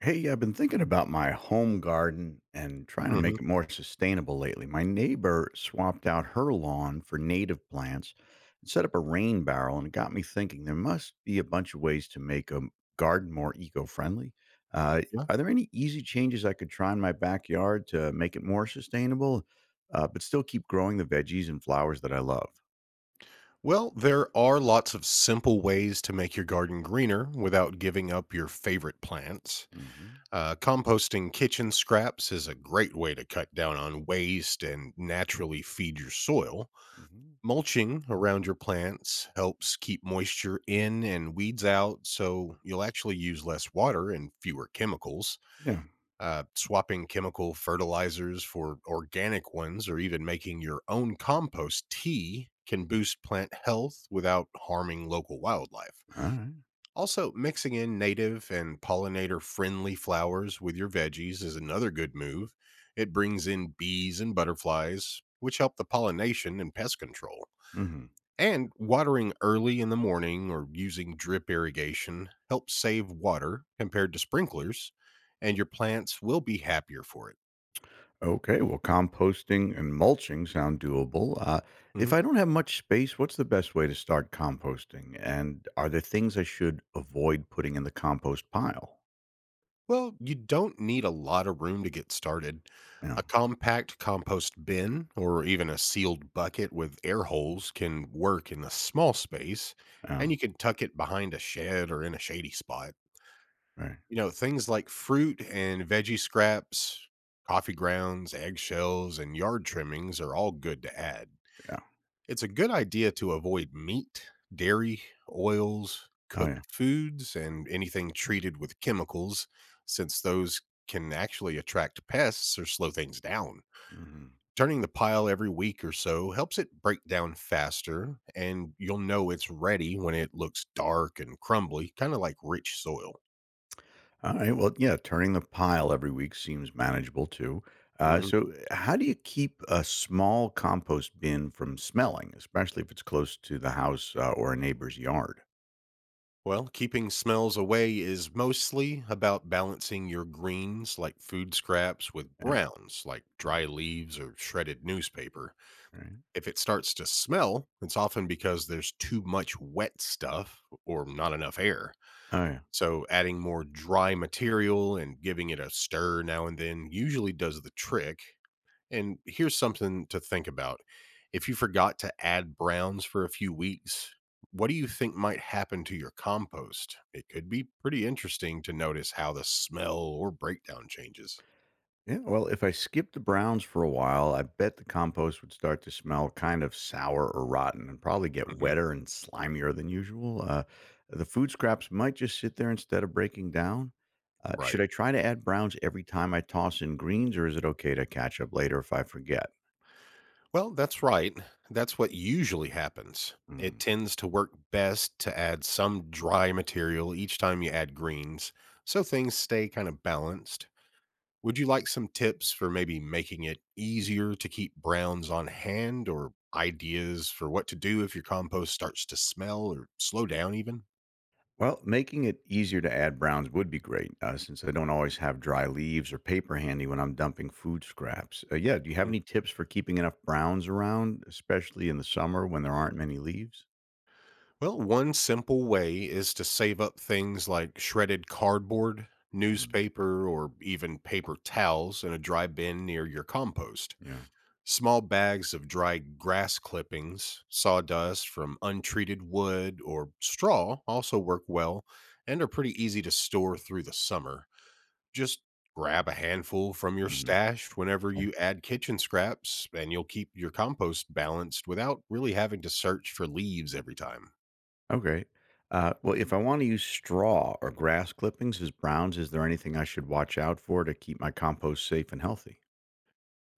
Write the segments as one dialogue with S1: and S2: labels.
S1: Hey, I've been thinking about my home garden and trying to
S2: Mhm.
S1: make it more sustainable lately. My neighbor swapped out her lawn for native plants and set up a rain barrel, and it got me thinking there must be a bunch of ways to make a garden more eco friendly. Uh,
S2: Yeah.
S1: are there any easy changes I could try in my backyard to make it more sustainable, but still keep growing the veggies and flowers that I love?
S2: Well, there are lots of simple ways to make your garden greener without giving up your favorite plants.
S1: hmm
S2: Composting kitchen scraps is a great way to cut down on waste and naturally feed your soil.
S1: hmm
S2: Mulching around your plants helps keep moisture in and weeds out, so you'll actually use less water and fewer chemicals.
S1: Yeah.
S2: Swapping chemical fertilizers for organic ones, or even making your own compost tea can boost plant health without harming local wildlife.
S1: All right.
S2: Also, mixing in native and pollinator friendly flowers with your veggies is another good move. It brings in bees and butterflies, which help the pollination and pest control.
S1: Mm-hmm.
S2: And watering early in the morning or using drip irrigation helps save water compared to sprinklers, and your plants will be happier for it.
S1: Okay, well, composting and mulching sound doable. If
S2: Mhm.
S1: I don't have much space, what's the best way to start composting? And are there things I should avoid putting in the compost pile?
S2: Well, you don't need a lot of room to get started.
S1: Yeah,
S2: A compact compost bin or even a sealed bucket with air holes can work in a small space,
S1: yeah,
S2: and you can tuck it behind a shed or in a shady spot.
S1: right,
S2: You know, things like fruit and veggie scraps, coffee grounds, eggshells, and yard trimmings are all good to add.
S1: yeah,
S2: It's a good idea to avoid meat, dairy, oils,
S1: oh
S2: cooked
S1: yeah.
S2: foods, and anything treated with chemicals, since those can actually attract pests or slow things down.
S1: Hmm.
S2: Turning the pile every week or so helps it break down faster, and you'll know it's ready when it looks dark and crumbly, kind of like rich soil.
S1: All right, well, yeah, turning the pile every week seems manageable too.
S2: Mhm.
S1: How do you keep a small compost bin from smelling, especially if it's close to the house or a neighbor's yard?
S2: Well, keeping smells away is mostly about balancing your greens, like food scraps, with
S1: Yeah,
S2: browns, like
S1: yeah,
S2: dry leaves or shredded newspaper.
S1: right.
S2: If it starts to smell, it's often because there's too much wet stuff or not enough air.
S1: Oh yeah.
S2: So, adding more dry material and giving it a stir now and then usually does the trick, and here's something to think about. If you forgot to add browns for a few weeks, what do you think might happen to your compost? It could be pretty interesting to notice how the smell or breakdown changes.
S1: Yeah, well, if I skipped the browns for a while, I bet the compost would start to smell kind of sour or rotten and probably get
S2: Hmm.
S1: wetter and slimier than usual. The food scraps might just sit there instead of breaking down. Should
S2: Right.
S1: I try to add browns every time I toss in greens, or is it okay to catch up later if I forget?
S2: Well, that's right. That's what usually happens. It
S1: Hmm.
S2: tends to work best to add some dry material each time you add greens, so things stay kind of balanced. Would you like some tips for maybe making it easier to keep browns on hand or ideas for what to do if your compost starts to smell or slow down even?
S1: Well, making it easier to add browns would be great, since I don't always have dry leaves or paper handy when I'm dumping food scraps. Yeah, do you have
S2: Mhm.
S1: any tips for keeping enough browns around, especially in the summer when there aren't many leaves?
S2: Well, one simple way is to save up things like shredded cardboard,
S1: Mm,
S2: newspaper, or even paper towels in a dry bin near your compost.
S1: yeah.
S2: Small bags of dry grass clippings, sawdust from untreated wood, or straw also work well and are pretty easy to store through the summer. Just grab a handful from your
S1: Mhm,
S2: stash whenever
S1: okay.
S2: you add kitchen scraps, and you'll keep your compost balanced without really having to search for leaves every time.
S1: Okay. Well, if I want to use straw or grass clippings as browns, is there anything I should watch out for to keep my compost safe and healthy?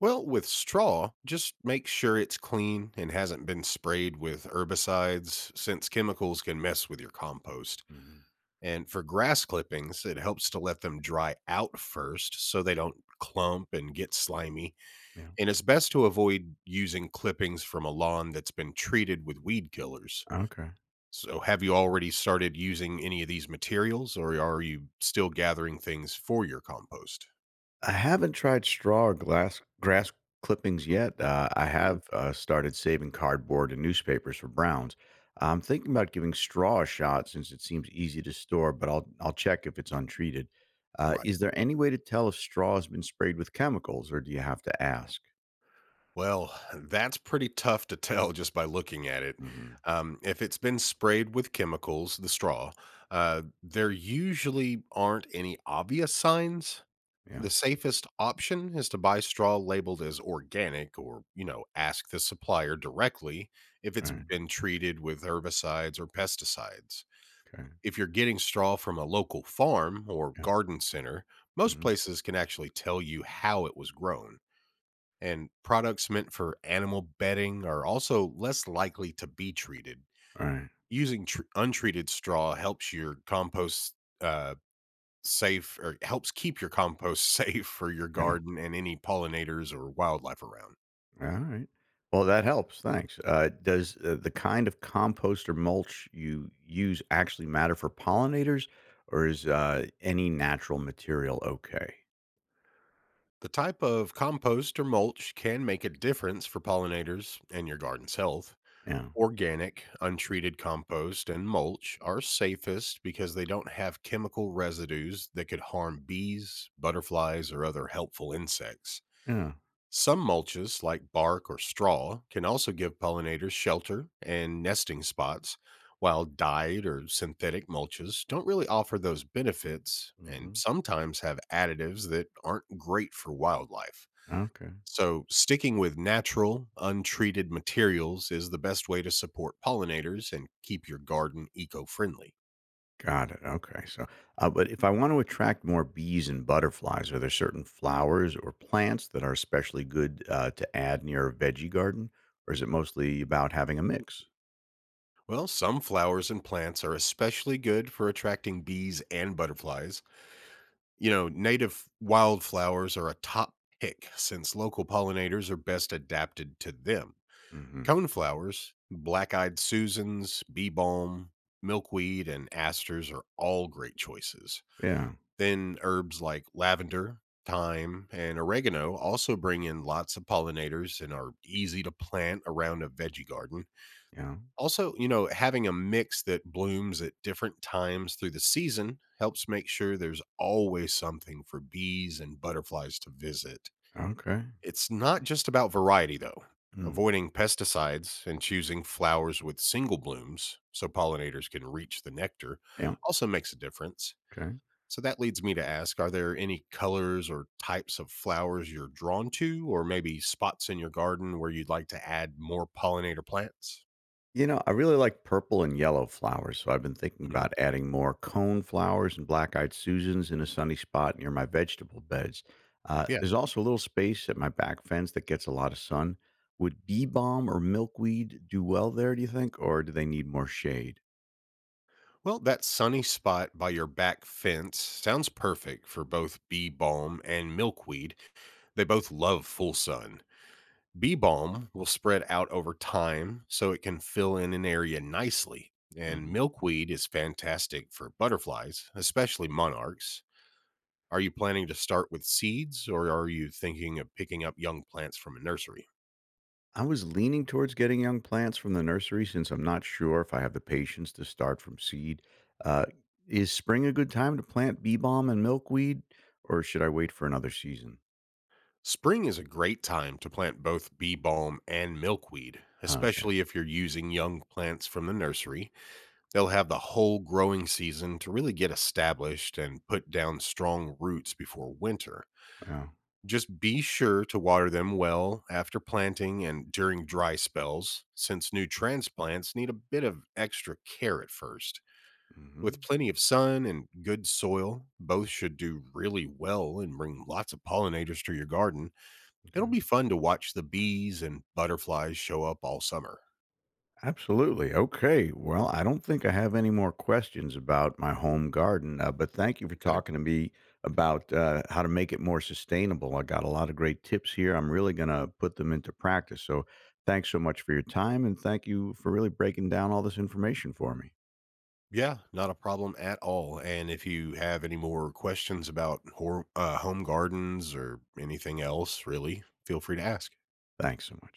S2: Well, with straw, just make sure it's clean and hasn't been sprayed with herbicides, since chemicals can mess with your compost.
S1: Hmm.
S2: And for grass clippings, it helps to let them dry out first so they don't clump and get slimy.
S1: Yeah.
S2: And it's best to avoid using clippings from a lawn that's been treated with weed killers.
S1: Okay.
S2: So, have you already started using any of these materials, or are you still gathering things for your compost?
S1: I haven't tried straw or glass grass clippings yet. I
S2: Mhm.
S1: have started saving cardboard and newspapers for browns. I'm thinking about giving straw a shot since it seems easy to store, but I'll check if it's untreated.
S2: Right.
S1: Is there any way to tell if straw has been sprayed with chemicals, or do you have to ask?
S2: Well, that's pretty tough to tell just by looking at it.
S1: Hmm.
S2: If it's been sprayed with chemicals, the straw, there usually aren't any obvious signs.
S1: Yeah.
S2: The safest option is to buy straw labeled as organic or, you know, ask the supplier directly if
S1: All
S2: it's
S1: right.
S2: been treated with herbicides or pesticides.
S1: Okay.
S2: If you're getting straw from a local farm or
S1: Yeah.
S2: garden center, most
S1: Mhm.
S2: places can actually tell you how it was grown. And products meant for animal bedding are also less likely to be treated.
S1: All right.
S2: Using untreated straw helps your compost uh, safe or helps keep your compost safe for your
S1: Yeah.
S2: garden and any pollinators or wildlife around.
S1: All right. Well, that helps. Thanks. Does the kind of compost or mulch you use actually matter for pollinators, or is any natural material okay?
S2: The type of compost or mulch can make a difference for pollinators and your garden's health.
S1: Yeah.
S2: Organic, untreated compost and mulch are safest because they don't have chemical residues that could harm bees, butterflies, or other helpful insects.
S1: Yeah.
S2: Some mulches, like bark or straw, can also give pollinators shelter and nesting spots, while dyed or synthetic mulches don't really offer those benefits and
S1: Hmm.
S2: sometimes have additives that aren't great for wildlife.
S1: Okay.
S2: So, sticking with natural, untreated materials is the best way to support pollinators and keep your garden eco friendly.
S1: Got it. Okay. So but if I want to attract more bees and butterflies, are there certain flowers or plants that are especially good to add near a veggie garden, or is it mostly about having a mix?
S2: Well, some flowers and plants are especially good for attracting bees and butterflies. You know, native wildflowers are a top pick since local pollinators are best adapted to them.
S1: Hmm.
S2: Coneflowers, black eyed Susans, bee balm, milkweed, and asters are all great choices.
S1: Yeah.
S2: Then herbs like lavender, thyme, and oregano also bring in lots of pollinators and are easy to plant around a veggie garden.
S1: Yeah.
S2: Also, you know, having a mix that blooms at different times through the season helps make sure there's always something for bees and butterflies to visit.
S1: Okay.
S2: It's not just about variety, though.
S1: Mm.
S2: Avoiding pesticides and choosing flowers with single blooms so pollinators can reach the nectar
S1: Yeah.
S2: also makes a difference.
S1: Okay.
S2: So that leads me to ask, are there any colors or types of flowers you're drawn to, or maybe spots in your garden where you'd like to add more pollinator plants?
S1: You know, I really like purple and yellow flowers, so I've been thinking
S2: Hmm.
S1: about adding more cone flowers and black eyed Susans in a sunny spot near my vegetable beds.
S2: Yeah.
S1: There's also a little space at my back fence that gets a lot of sun. Would bee balm or milkweed do well there, do you think, or do they need more shade?
S2: Well, that sunny spot by your back fence sounds perfect for both bee balm and milkweed. They both love full sun. Bee balm will spread out over time so it can fill in an area nicely. And
S1: Mhm.
S2: milkweed is fantastic for butterflies, especially monarchs. Are you planning to start with seeds or are you thinking of picking up young plants from a nursery?
S1: I was leaning towards getting young plants from the nursery since I'm not sure if I have the patience to start from seed. Uh, is spring a good time to plant bee balm and milkweed, or should I wait for another season?
S2: Spring is a great time to plant both bee balm and milkweed,
S1: Okay.
S2: especially if you're using young plants from the nursery. They'll have the whole growing season to really get established and put down strong roots before winter.
S1: Yeah.
S2: Just be sure to water them well after planting and during dry spells, since new transplants need a bit of extra care at first. With
S1: Hmm.
S2: plenty of sun and good soil, both should do really well and bring lots of pollinators to your garden.
S1: Okay.
S2: It'll be fun to watch the bees and butterflies show up all summer.
S1: Absolutely. Okay. Well, I don't think I have any more questions about my home garden, but thank you for
S2: Okay.
S1: talking to me about how to make it more sustainable. I got a lot of great tips here. I'm really going to put them into practice. So thanks so much for your time. And thank you for really breaking down all this information for me.
S2: Yeah, not a problem at all. And if you have any more questions about home gardens or anything else, really, feel free to ask.
S1: Thanks so much.